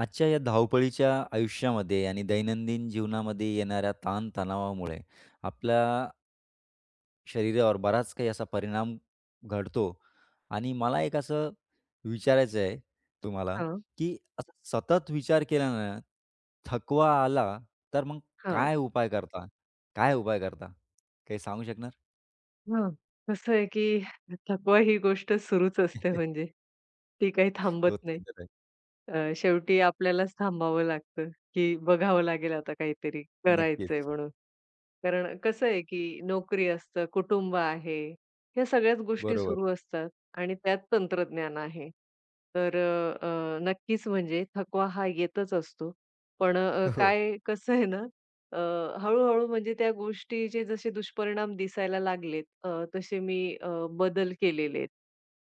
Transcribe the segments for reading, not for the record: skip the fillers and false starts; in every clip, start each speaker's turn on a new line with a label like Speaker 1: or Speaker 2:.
Speaker 1: आजच्या या धावपळीच्या आयुष्यामध्ये आणि दैनंदिन जीवनामध्ये येणाऱ्या ताणतणावामुळे आपल्या शरीरावर बराच काही असा परिणाम घडतो आणि मला एक असं विचारायचं आहे तुम्हाला,
Speaker 2: हां,
Speaker 1: की असं सतत विचार केल्यानं थकवा आला, तर मग
Speaker 2: हां,
Speaker 1: काय उपाय करता? काय उपाय करता? काही सांगू शकणार?
Speaker 2: हां. कसं आहे, की थकवा ही गोष्ट सुरूच असते म्हणजे. ती काही थांबत
Speaker 1: हो,
Speaker 2: नाही.
Speaker 1: ते तर आहे.
Speaker 2: शेवटी आपल्यालाच थांबावं लागतं, की बघावं लागेल आता काहीतरी करायचंय
Speaker 1: नक्कीच.
Speaker 2: म्हणून. कारण कसं आहे, की नोकरी असतं, कुटुंब आहे, ह्या सगळ्याच गोष्टी
Speaker 1: बरोबर.
Speaker 2: सुरू असतात आणि त्यात तंत्रज्ञान आहे. तर अ, अ, नक्कीच म्हणजे थकवा हा येतच असतो. पण
Speaker 1: हो. हो.
Speaker 2: काय कसं आहे ना, अ, हळू-हळू म्हणजे त्या गोष्टीचे जसे दुष्परिणाम दिसायला लागलेत, तसे मी बदल केलेले आहेत.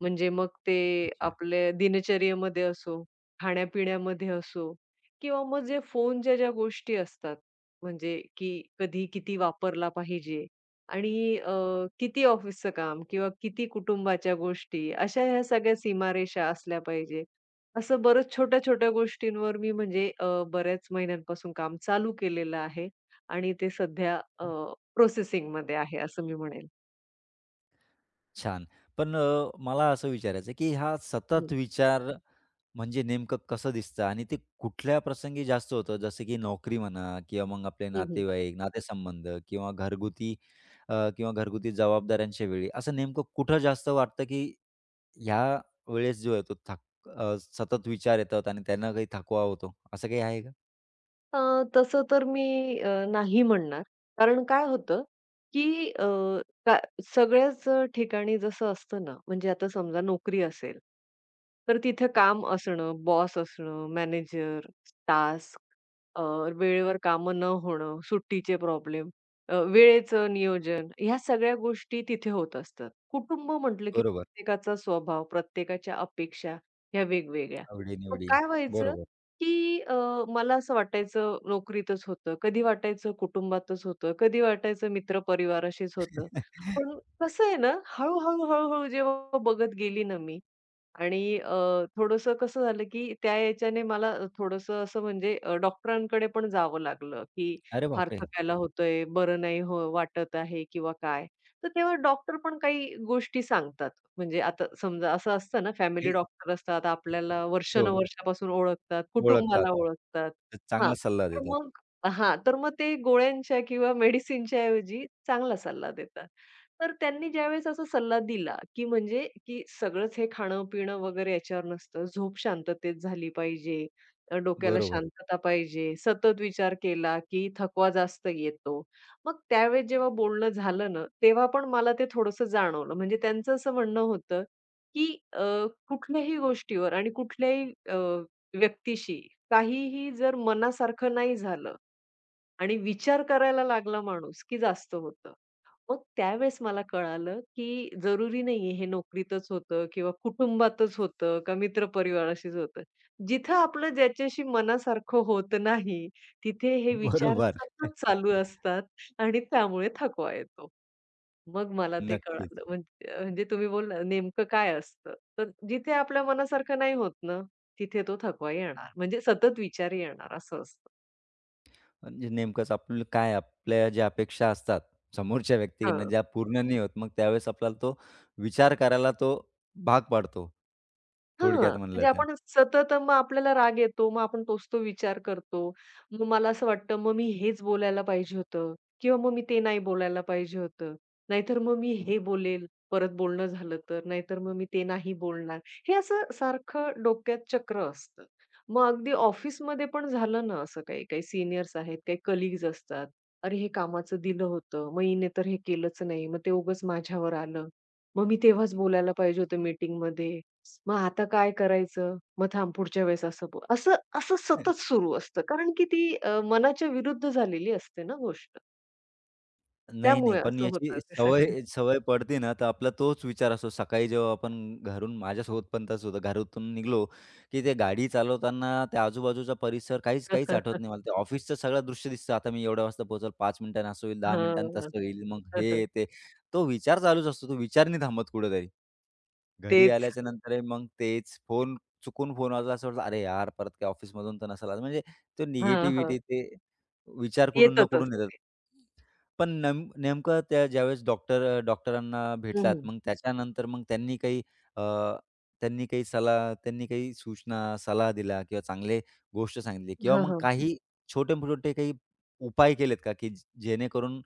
Speaker 2: म्हणजे मग ते
Speaker 1: अच्छा.
Speaker 2: आपल्या दिनचर्येमध्ये असो, खाण्यापिण्यामध्ये असो किंवा मग जे फोनच्या ज्या गोष्टी असतात, म्हणजे की कधी किती वापरला पाहिजे आणि किती ऑफिसचं काम किंवा किती कुटुंबाच्या गोष्टी, अशा ह्या सगळ्या सीमारेषा असल्या पाहिजे. असं बरंच छोट्या-छोट्या गोष्टींवर मी म्हणजे बऱ्याच महिन्यांपासून काम चालू केलेलं आहे आणि ते सध्या प्रोसेसिंगमध्ये आहे असं मी म्हणेल.
Speaker 1: छान. पण मला असं विचारायचं आहे, की हा सतत
Speaker 2: हं.
Speaker 1: विचार म्हणजे नेमकं कसं दिसतं आणि ते कुठल्या प्रसंगी जास्त होतं? जसं की नोकरी म्हणा किंवा मग आपले
Speaker 2: हं,
Speaker 1: नातेवाईक, नातेसंबंध किंवा किंवा घरगुती जबाबदाऱ्यांच्या वेळी, असं नेमकं कुठं जास्त वाटतं की ह्या वेळेस जो आहे तो सतत विचार येतात आणि त्यांना काही थकवा होतो, असं काही आहे का?
Speaker 2: अ, तसं तर मी नाही म्हणणार. कारण काय होतं, की का सगळ्याच ठिकाणी जसं असतं ना, म्हणजे आता समजा नोकरी असेल, तर तिथे काम असणं, बॉस असणं, मॅनेजर, टास्क, अ, वेळेवर कामं न होणं, सुट्टीचे प्रॉब्लेम, वेळेचं नियोजन, ह्या सगळ्या गोष्टी तिथे होत असतात. कुटुंब म्हटलं, की
Speaker 1: बरोबर.
Speaker 2: प्रत्येकाचा स्वभाव, प्रत्येकाच्या अपेक्षा ह्या वेगवेगळ्या. मग
Speaker 1: आवडी-निवडी.
Speaker 2: काय व्हायचं
Speaker 1: बरोबर.
Speaker 2: की मला असं वाटायचं नोकरीतच होतं, कधी वाटायचं कुटुंबातच होतं, कधी वाटायचं मित्रपरिवाराशीच होतं. पण कसं आहे ना, हळू-हळू जेव्हा बघत गेली ना मी, आणि थोडंसं कसं झालं, की त्या याच्याने मला थोडंसं असं म्हणजे डॉक्टरांकडे पण जावं लागलं, की
Speaker 1: अरे
Speaker 2: फार
Speaker 1: बापरे!
Speaker 2: थकायला होतंय, बरं नाही हो वाटत आहे किंवा काय. तर तेव्हा डॉक्टर पण काही गोष्टी सांगतात. म्हणजे आता समजा असं असतं ना, फॅमिली
Speaker 1: काही
Speaker 2: डॉक्टर असतात, आपल्याला
Speaker 1: हो,
Speaker 2: वर्षानुवर्षापासून ओळखतात,
Speaker 1: ओळखतात.
Speaker 2: कुटुंबाला ओळखतात. हां,
Speaker 1: चांगला सल्ला
Speaker 2: तर
Speaker 1: देतात.
Speaker 2: मग हां, तर मग ते गोळ्यांच्या किंवा मेडिसिनच्या ऐवजी चांगला सल्ला देतात. तर त्यांनी ज्यावेळेस असा सल्ला दिला, की म्हणजे की सगळंच हे खाणं-पिणं वगैरे याच्यावर नसतं. झोप शांततेत झाली पाहिजे, डोक्याला
Speaker 1: बरोबर.
Speaker 2: शांतता पाहिजे. सतत विचार केला, की थकवा जास्त येतो. मग त्यावेळेस जेव्हा बोलणं झालं ना, तेव्हा पण मला ते थोडंसं जाणवलं. म्हणजे त्यांचं असं म्हणणं होतं, की अ, कुठल्याही गोष्टीवर आणि कुठल्याही व्यक्तीशी काहीही जर मनासारखं नाही झालं आणि विचार करायला लागला माणूस, की जास्त होतं. मग त्यावेळेस मला कळालं, की जरुरी नाहीये हे नोकरीतच होतं किंवा कुटुंबातच होतं का मित्रपरिवाराशीच होतं. जिथं आपलं ज्याच्याशी मनासारखं होत नाही, तिथे हे विचार
Speaker 1: बरोबर.
Speaker 2: सतत चालू असतात आणि त्यामुळे थकवा येतो. मग मला ते
Speaker 1: नक्कीच.
Speaker 2: कळालं. म्हणजे म्हणजे तुम्ही बोलला नेमकं काय असतं? तर जिथे आपल्या मनासारखं नाही होत ना, तिथे तो थकवा येणार. म्हणजे सतत विचार येणार असं असतं.
Speaker 1: म्हणजे नेमकंच आपलं काय आपल्या ज्या अपेक्षा असतात समोरच्या व्यक्तीकडनं ज्या पूर्ण नाही होत, मग त्यावेळेस आपल्याला तो विचार करायला तो भाग पाडतो.
Speaker 2: हां,
Speaker 1: थोडक्यात म्हणलं
Speaker 2: म्हणजे
Speaker 1: तर.
Speaker 2: आपण सतत मग आपल्याला राग येतो. मग आपण तोच तो विचार करतो. मग मला असं वाटतं, मग मी हेच बोलायला पाहिजे होतं किंवा मग मी ते नाही बोलायला पाहिजे होतं. नाहीतर मग मी हे बोलेल, परत बोलणं झालं तर. नाहीतर मग मी ते नाही बोलणार. हे असं सारखं डोक्यात चक्र असतं. मग अगदी ऑफिसमध्ये पण झालं ना असं काही. काही सीनियर्स आहेत, काही कलीग्ज असतात. "अरे, हे कामाचं दिलं होतं. मग हिने तर हे केलंच नाही. मग ते उगाच माझ्यावर आलं. मग मी तेव्हाच बोलायला पाहिजे होतं मीटिंगमध्ये." मग आता काय करायचं? मग थांब पुढच्या वेळेस असं बोल. असं असं सतत सुरू असतं. कारण की ती मनाच्या विरुद्ध झालेली असते ना गोष्ट.
Speaker 1: नाही, नाही.
Speaker 2: त्यामुळे
Speaker 1: पण
Speaker 2: असं
Speaker 1: याची
Speaker 2: होतं ते
Speaker 1: सवय
Speaker 2: सगळं.
Speaker 1: सवय पडते ना, तर आपला तोच विचार असतो. सकाळी जेव्हा आपण घरून माझ्यासोबत पण तसं होतं. घरातून निघालो, की ते गाडी चालवताना त्या आजूबाजूचा परिसर काहीच काहीच आठवत नाही मला. ते ऑफिसचं सगळं दृश्य दिसतं. आता मी एवढ्या वाजता पोहोचेल, 5 मिनिटांनी असं होईल, 10 मिनिटांनी
Speaker 2: हां.
Speaker 1: तसं होईल, मग हे, ते. तो विचार चालूच असतो. तो विचार नाही थांबत कुठेतरी. घरी
Speaker 2: तेच.
Speaker 1: आल्याच्या नंतर मग तेच फोन चुकून फोन वाजला असं वाटलं, "अरे यार, परत काय ऑफिसमधून तर नसेल आला." म्हणजे तो
Speaker 2: हां, हां.
Speaker 1: निगेटिव्हिटी ते विचार कुठून ना
Speaker 2: येतातच.
Speaker 1: कुठून येतात. पण नेमकं त्या ज्यावेळेस डॉक्टरांना
Speaker 2: हं,
Speaker 1: भेटलात,
Speaker 2: हं.
Speaker 1: मग त्याच्यानंतर मग त्यांनी काही अ, त्यांनी काही सलाह त्यांनी काही सूचना, सल्ला दिला किंवा चांगले गोष्ट सांगितली किंवा
Speaker 2: हां,
Speaker 1: मग
Speaker 2: हां.
Speaker 1: काही छोटे-मोठे काही उपाय केलेत का, की जेणेकरून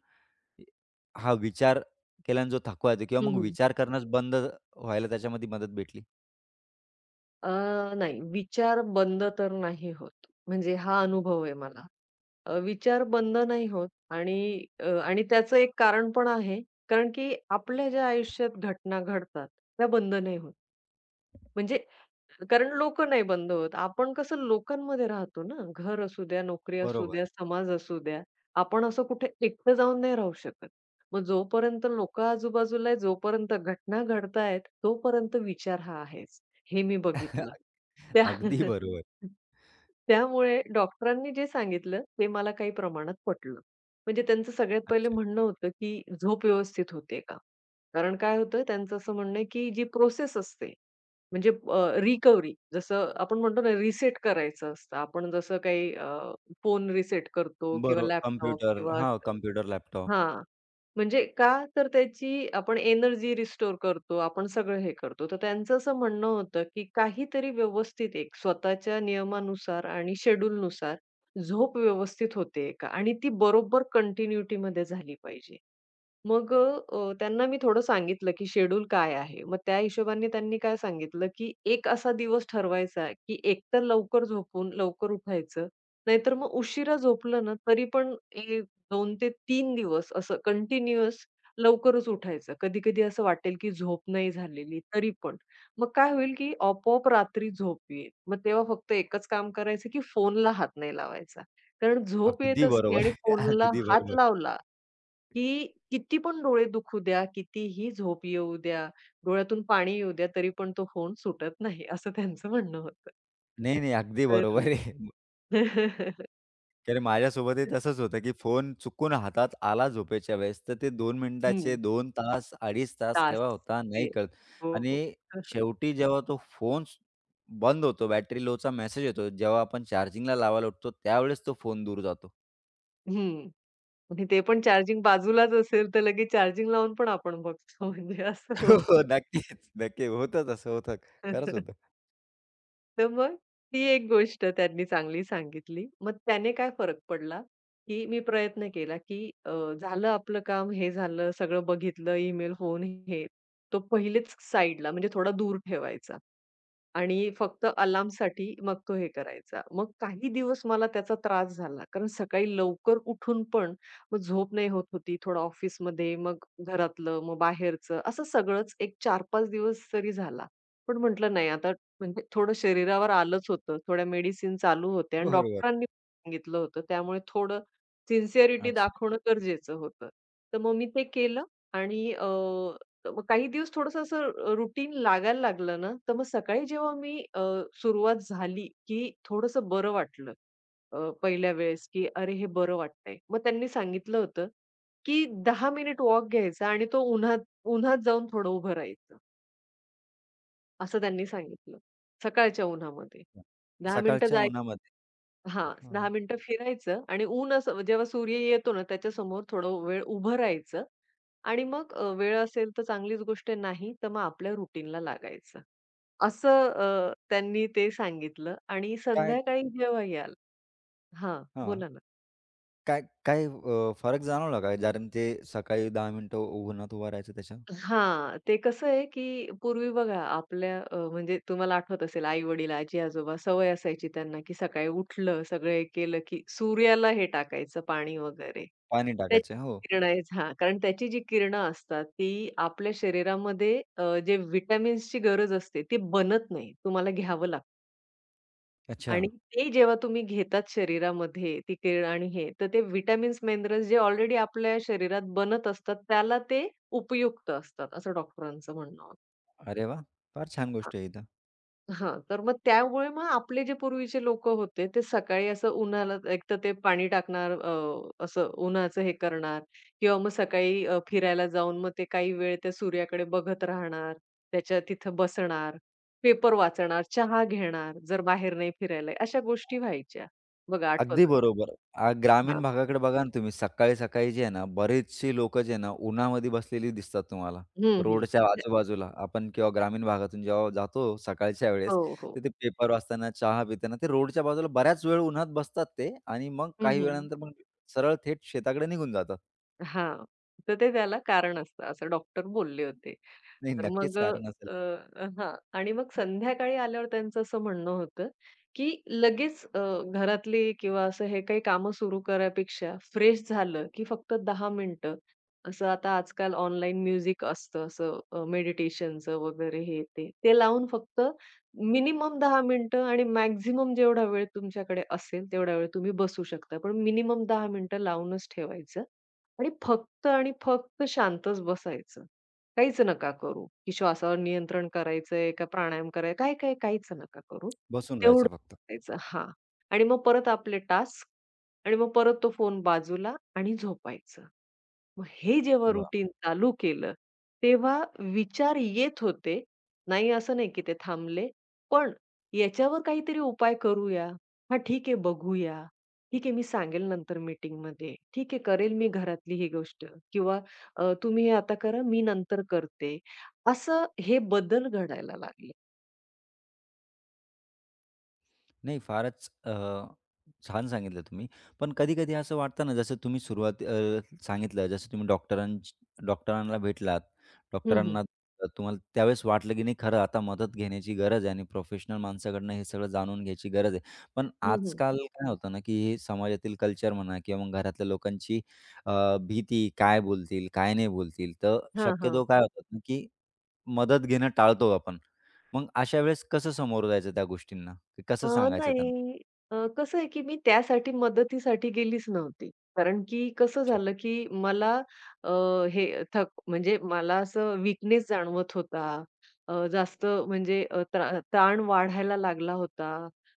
Speaker 1: हा विचार केल्याने जो थकवा येतो किंवा मग
Speaker 2: हं,
Speaker 1: विचार करणंच बंद व्हायला त्याच्यामध्ये मदत भेटली.
Speaker 2: नाही विचार बंद तर नाही होत. म्हणजे हा अनुभव आहे मला. विचार बंद नाही होत आणि आणि त्याचं एक कारण पण आहे. कारण की आपल्या ज्या आयुष्यात घटना घडतात, त्या बंद नाही होत. म्हणजे कारण लोकं नाही बंद होत. आपण कसं लोकांमध्ये राहतो ना. घर असू द्या, नोकरी असू
Speaker 1: बरोबर.
Speaker 2: द्या, समाज असू द्या. आपण असं कुठे एकटं जाऊन नाही राहू शकत. मग जोपर्यंत लोकं आजूबाजूला आहेत, जोपर्यंत घटना घडतायत, तोपर्यंत विचार हा आहेच. हे मी बघितलं. त्या
Speaker 1: अगदी बरोबर.
Speaker 2: त्यामुळे डॉक्टरांनी जे सांगितलं ते मला काही प्रमाणात पटलं. म्हणजे त्यांचं सगळ्यात पहिले
Speaker 1: अच्छा.
Speaker 2: म्हणणं होतं, की झोप व्यवस्थित होते का? कारण काय होतं त्यांचं असं म्हणणं आहे, की जी प्रोसेस असते म्हणजे रिकव्हरी जसं आपण म्हणतो ना, रिसेट करायचं असतं. आपण जसं काही फोन रिसेट करतो किंवा
Speaker 1: बरोबर.
Speaker 2: लॅपटॉप
Speaker 1: कॉम्प्युटर
Speaker 2: किंवा
Speaker 1: हां,
Speaker 2: असं
Speaker 1: कॉम्प्युटर, लॅपटॉप.
Speaker 2: हां. म्हणजे का? तर त्याची आपण एनर्जी रिस्टोर करतो, आपण सगळं हे करतो. तर त्यांचं असं म्हणणं होतं, की काहीतरी व्यवस्थित एक स्वतःच्या नियमानुसार आणि शेड्यूलनुसार झोप व्यवस्थित होतेय का? आणि ती बरोबर कंटिन्युटीमध्ये झाली पाहिजे. मग त्यांना मी थोडं सांगितलं, की शेड्यूल काय आहे. मग त्या हिशोबाने त्यांनी काय सांगितलं, की एक असा दिवस ठरवायचा, की एकतर लवकर झोपून लवकर उठायचं. नाहीतर मग उशिरा झोपलं ना, तरी पण एक 2 ते 3 दिवस असं कंटिन्युअस लवकरच उठायचं. कधी-कधी असं वाटेल, की झोप नाही झालेली तरी पण. मग काय होईल, की आपोआप रात्री झोप येईल. मग तेव्हा फक्त एकच काम करायचं, की फोनला हात नाही लावायचा. कारण झोप येत
Speaker 1: अगदी
Speaker 2: असली
Speaker 1: बरोबर.
Speaker 2: आणि फोनला
Speaker 1: अगदी
Speaker 2: हात
Speaker 1: बरोबर.
Speaker 2: लावला की किती पण डोळे दुखू द्या, कितीही झोप येऊ द्या, डोळ्यातून पाणी येऊ द्या, तरी पण तो फोन सुटत नाही, असं त्यांचं म्हणणं होतं.
Speaker 1: नाही, नाही. अगदी
Speaker 2: तर
Speaker 1: बरोबर आहे. तर माझ्यासोबतही तसंच होतं, की फोन चुकून हातात आला झोपेच्या वेळेस, तर ते 2 मिनिटाचे
Speaker 2: हं,
Speaker 1: 2 तास, अडीच तास
Speaker 2: तास
Speaker 1: केव्हा होता नाही
Speaker 2: ते
Speaker 1: कळत
Speaker 2: हो,
Speaker 1: आणि
Speaker 2: हो.
Speaker 1: शेवटी जेव्हा तो फोन बंद होतो, बॅटरी लोचा मेसेज येतो, जेव्हा आपण चार्जिंगला लावायला उठतो, त्यावेळेस तो फोन दूर जातो.
Speaker 2: हं. आणि ते पण चार्जिंग बाजूलाच असेल, तर लगेच चार्जिंग लावून पण आपण बघतो म्हणजे असं
Speaker 1: हो, हो. नक्कीच, नक्की. होतं तसं होतं. खरंच
Speaker 2: होतं.
Speaker 1: होतं.
Speaker 2: तर मग ती एक गोष्ट त्यांनी चांगली सांगितली. मग त्याने काय फरक पडला, की मी प्रयत्न केला, की झालं आपलं काम, हे झालं, सगळं बघितलं, ईमेल, फोन हे. तो पहिलेच साइडला म्हणजे थोडा दूर ठेवायचा. आणि फक्त अलार्मसाठी मग तो हे करायचा. मग काही दिवस मला त्याचा त्रास झाला. कारण सकाळी लवकर उठून पण मग झोप नाही होत होती. थोडं ऑफिसमध्ये, मग घरातलं, मग बाहेरचं असं सगळंच एक 4-5 दिवस तरी झाला. पण म्हटलं नाही आता म्हणजे थोडं शरीरावर आलंच होतं. थोड्या मेडिसिन चालू होत्या आणि
Speaker 1: बरोबर.
Speaker 2: डॉक्टरांनी सांगितलं होतं. त्यामुळे थोडं सिन्सिअरिटी
Speaker 1: अच्छा.
Speaker 2: दाखवणं गरजेचं होतं. तर मग मी ते केलं आणि मग काही दिवस थोडंसं असं रुटीन लागायला लागलं ना, तर मग सकाळी जेव्हा मी सुरुवात झाली, की थोडंसं बरं वाटलं. पहिल्या वेळेस, की "अरे, हे बरं वाटतंय." मग त्यांनी सांगितलं होतं, की 10 मिनिट वॉक घ्यायचा आणि तो उन्हात उन्हात जाऊन थोडं उभं राहायचं, असं त्यांनी सांगितलं. सकाळच्या उन्हामध्ये. 10 मिनिटं
Speaker 1: सकाळच्या
Speaker 2: जाय
Speaker 1: उन्हामध्ये
Speaker 2: हां,
Speaker 1: हां.
Speaker 2: 10 मिनिटं फिरायचं आणि ऊन असं जेव्हा सूर्य येतो ना, त्याच्यासमोर थोडं वेळ उभं राहायचं आणि मग वेळ असेल तर चांगलीच गोष्ट आहे, नाही तर मग आपल्या रुटीनला लागायचं. असं त्यांनी ते सांगितलं आणि
Speaker 1: काय
Speaker 2: संध्याकाळी जेव्हा याल हां,
Speaker 1: हां.
Speaker 2: बोला ना.
Speaker 1: काय काय फरक जाणवला का? कारण ते सकाळी 10 मिनिटं उन्हात उभं राहायचं त्याच्या?
Speaker 2: हां, ते कसं आहे, की पूर्वी बघा आपल्या म्हणजे तुम्हाला आठवत असेल आई-वडील, आजी-आजोबा सवय असायची त्यांना, की सकाळी उठलं, सगळं हे केलं, की सूर्याला हे टाकायचं पाणी वगैरे.
Speaker 1: पाणी
Speaker 2: त्याची
Speaker 1: टाकायचे. हो.
Speaker 2: किरणं आहेत हां, कारण त्याची जी किरणं असतात ती आपल्या शरीरामध्ये जे व्हिटॅमिन्सची गरज असते ती बनत नाही, तुम्हाला घ्यावं लागतं.
Speaker 1: अच्छा.
Speaker 2: आणि ते जेव्हा तुम्ही घेतात शरीरामध्ये ती केळ आणि हे, तर ते विटामिन्स मिनरल्स जे ऑलरेडी आपल्या शरीरात बनत असतात, त्याला ते उपयुक्त असतात, असं डॉक्टरांचं म्हणणं
Speaker 1: अरे वाह! फार छान गोष्ट आहे ही तर.
Speaker 2: हां, तर मग त्यामुळे मग आपले जे पूर्वीचे लोकं होते, ते सकाळी असं उन्हाळ्यात एकतर ते पाणी टाकणार, असं उन्हाचं हे करणार किंवा मग सकाळी फिरायला जाऊन मग ते काही वेळ त्या सूर्याकडे बघत राहणार, त्याच्या तिथं बसणार, पेपर वाचणार, चहा घेणार, जर बाहेर नाही फिरायला अशा गोष्टी व्हायच्या. बघा आठवत
Speaker 1: अगदी
Speaker 2: असेल.
Speaker 1: बरोबर. आ, ग्रामीण
Speaker 2: हां.
Speaker 1: भागाकडे बघा ना तुम्ही सकाळी-सकाळी जे आहे ना, बरेचशी लोकं जे आहे ना, उन्हामध्ये बसलेली दिसतात तुम्हाला.
Speaker 2: हं, हं.
Speaker 1: रोडच्या आजूबाजूला आपण किंवा ग्रामीण भागातून जेव्हा जातो सकाळच्या वेळेस,
Speaker 2: हो,
Speaker 1: तर
Speaker 2: हो.
Speaker 1: ते पेपर वाचताना, चहा पिताना ते रोडच्या बाजूला बऱ्याच वेळ उन्हात बसतात ते आणि मग
Speaker 2: हं,
Speaker 1: काही
Speaker 2: हं.
Speaker 1: वेळानंतर मग सरळ थेट शेताकडे निघून जातात.
Speaker 2: हां. तर ते त्याला कारण असतं, असं डॉक्टर बोलले होते.
Speaker 1: नाही,
Speaker 2: तर
Speaker 1: नक्कीच
Speaker 2: मग
Speaker 1: कारण असेल.
Speaker 2: अ, अ, हां आणि मग संध्याकाळी आल्यावर त्यांचं असं म्हणणं होतं, की लगेच घरातली किंवा असं हे काही कामं सुरू करायपेक्षा फ्रेश झालं, की फक्त 10 मिनिटं असं आता आजकाल ऑनलाईन म्युझिक असतं असं मेडिटेशनचं वगैरे हे ते. ते लावून फक्त मिनिमम 10 मिनिटं आणि मॅक्सिमम जेवढा वेळ तुमच्याकडे असेल, तेवढा वेळ तुम्ही बसू शकता. पण मिनिमम 10 मिनिटं लावूनच ठेवायचं. आणि फक्त आणि फक्त शांतच बसायचं. काहीच नका करू, की श्वासावर नियंत्रण करायचंय का प्राणायाम कराय काय, काय, काहीच नका करू.
Speaker 1: बसून राहायचं
Speaker 2: तेवढं
Speaker 1: फक्त.
Speaker 2: करायचं हां. आणि मग परत आपले टास्क आणि मग परत तो फोन बाजूला आणि झोपायचं. मग हे जेव्हा
Speaker 1: वाह!
Speaker 2: रुटीन चालू केलं, तेव्हा विचार येत होते. नाही असं नाही की ते थांबले. पण याच्यावर काहीतरी उपाय करूया. हां, ठीक आहे बघूया. ठीक आहे मी सांगेल नंतर मीटिंगमध्ये. ठीक आहे करेल मी घरातली ही गोष्ट किंवा तुम्ही हे आता करा, मी नंतर करते. असं हे बदल घडायला लागले.
Speaker 1: नाही फारच छान सांगितलं तुम्ही. पण कधी-कधी असं वाटतं ना, जसं तुम्ही सांगितलं, जसं तुम्ही डॉक्टरांना भेटलात,
Speaker 2: हं, हं.
Speaker 1: डॉक्टरांना तुम्हाला त्यावेळेस वाटलं की नाही खरं आता मदत घेण्याची गरज आहे आणि प्रोफेशनल माणसाकडनं हे सगळं जाणून घ्यायची गरज आहे. पण
Speaker 2: हं, हं.
Speaker 1: आजकाल काय होतं ना, की हे समाजातील कल्चर म्हणा किंवा मग घरातल्या लोकांची भीती, काय बोलतील, काय नाही बोलतील. तर
Speaker 2: हां, हां.
Speaker 1: शक्यतो काय होतं ना, की मदत घेणं टाळतो आपण. मग अशा वेळेस कसं समोर जायचं त्या गोष्टींना? की
Speaker 2: अ,
Speaker 1: कसं सांगायचं त्यांना?
Speaker 2: नाही. कसं आहे, की मी त्यासाठी मदतीसाठी गेलीच नव्हती. कारण की कसं
Speaker 1: अच्छा,
Speaker 2: झालं, की मला अ, हे थक म्हणजे मला असं वीकनेस जाणवत होता. जास्त म्हणजे त्रा ताण वाढायला लागला होता.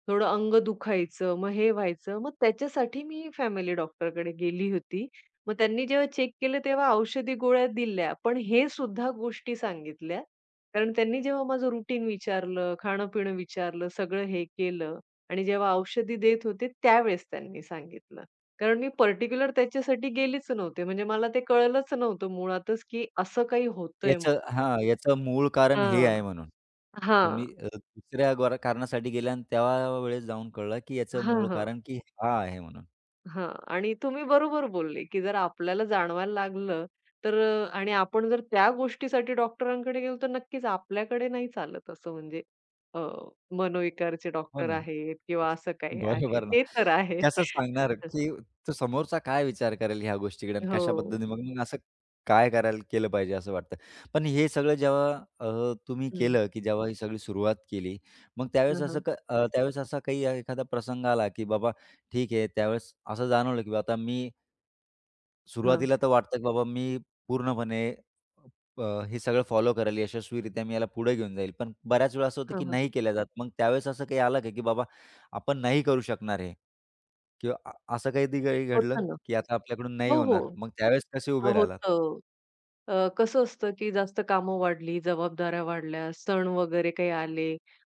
Speaker 2: थोडं अंग दुखायचं, मग हे व्हायचं. मग त्याच्यासाठी मी फॅमिली डॉक्टरकडे गेली होती. मग त्यांनी जेव्हा चेक केलं तेव्हा औषधी गोळ्या दिल्या, पण हे सुद्धा गोष्टी सांगितल्या, कारण त्यांनी जेव्हा माझं रुटीन विचारलं, खाणं-पिणं विचारलं, सगळं हे केलं आणि जेव्हा औषधी देत होते त्यावेळेस त्यांनी सांगितलं. कारण मी पर्टिक्युलर त्याच्यासाठी गेलीच नव्हते. म्हणजे मला ते कळलंच नव्हतं मुळातच, की असं काही होतंय म्हणून.
Speaker 1: याचं हां, याचं मूळ कारण हे आहे
Speaker 2: हां.
Speaker 1: म्हणून.
Speaker 2: हां.
Speaker 1: तुम्ही दुसऱ्या कारणासाठी गेल्या आणि त्या वेळेस जाऊन कळलं की याचं
Speaker 2: हां,
Speaker 1: मूळ
Speaker 2: हां.
Speaker 1: कारण की हा आहे म्हणून.
Speaker 2: हां. आणि तुम्ही बरोबर बोलले, की जर आपल्याला जाणवायला लागलं, तर आणि आपण जर त्या गोष्टीसाठी डॉक्टरांकडे गेलो, तर नक्कीच आपल्याकडे नाही चालत असं म्हणजे अ, मनोविकारचे
Speaker 1: हो
Speaker 2: डॉक्टर
Speaker 1: ना.
Speaker 2: आहेत किंवा असं काही आहे.
Speaker 1: बरोबर ना.
Speaker 2: ते तर आहे.
Speaker 1: कसं सांगणार, की तो समोरचा काय विचार करेल ह्या गोष्टीकडे आणि
Speaker 2: हो.
Speaker 1: कशा पद्धतीने मग मग असं काय करायला केलं पाहिजे असं वाटतं. पण हे सगळं जेव्हा तुम्ही
Speaker 2: हं.
Speaker 1: केलं, की जेव्हा ही सगळी सुरुवात केली, मग त्यावेळेस
Speaker 2: हां,
Speaker 1: असं
Speaker 2: हां.
Speaker 1: त्यावेळेस असा काही एखादा प्रसंग आला, की बाबा ठीक आहे त्यावेळेस असं जाणवलं, की आता मी
Speaker 2: हां,
Speaker 1: सुरुवातीला तर वाटतं, की बाबा मी पूर्णपणे हे सगळं फॉलो करेल, यशस्वीरित्या मी याला पुढे घेऊन जाईल. पण बऱ्याच वेळा असं होतं,
Speaker 2: हां,
Speaker 1: की
Speaker 2: हां.
Speaker 1: नाही केल्या जात. मग त्यावेळेस असं काही आलं का, की बाबा आपण नाही करू शकणार हे किंवा असं कधी काही घडलं,
Speaker 2: होतं ना.
Speaker 1: की आता आपल्याकडून नाही
Speaker 2: हो,
Speaker 1: होणार.
Speaker 2: हो.
Speaker 1: मग त्यावेळेस कसे उभे राहिलात?
Speaker 2: अ, अ, कसं असतं, की जास्त कामं वाढली, जबाबदाऱ्या वाढल्या, सण वगैरे काही आले,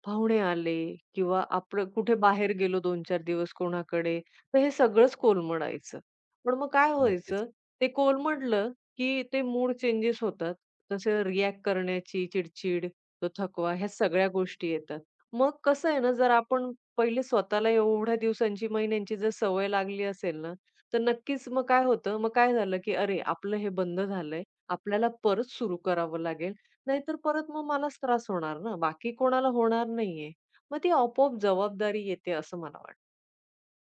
Speaker 2: पाहुणे आले किंवा आपण कुठे बाहेर गेलो 2-4 दिवस कोणाकडे, तर हे सगळंच कोलमडायचं. पण मग काय
Speaker 1: नक्कीच,
Speaker 2: व्हायचं, ते कोलमडलं, की ते मूड चेंजेस होतात. तसं रिॲक्ट करण्याची चिडचिड, तो थकवा ह्या सगळ्या गोष्टी येतात. मग कसं आहे ना, जर आपण पहिले स्वतःला एवढ्या दिवसांची, महिन्यांची जर सवय लागली असेल ना, तर नक्कीच मग काय होतं, मग काय झालं, की "अरे, आपलं हे बंद झालंय. आपल्याला परत सुरू करावं लागेल. नाहीतर परत मग मलाच त्रास होणार ना, बाकी कोणाला होणार नाहीये. मग ती आपोआप जबाबदारी येते असं मला वाटतं.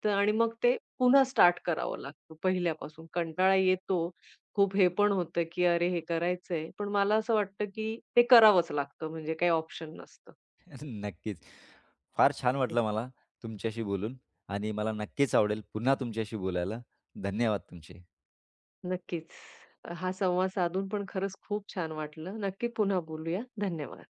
Speaker 2: तर आणि मग ते पुन्हा स्टार्ट करावं लागतं पहिल्यापासून. कंटाळा येतो. खूप हे पण होतं, की अरे हे करायचंय. पण मला असं वाटतं, की ते करावंच लागतं म्हणजे काही ऑप्शन नसतं.
Speaker 1: नक्कीच. फार छान वाटलं मला तुमच्याशी बोलून आणि मला नक्कीच आवडेल पुन्हा तुमच्याशी बोलायला. धन्यवाद तुमचे.
Speaker 2: नक्कीच. हा संवाद साधून पण खरंच खूप छान वाटलं. नक्की पुन्हा बोलूया. धन्यवाद.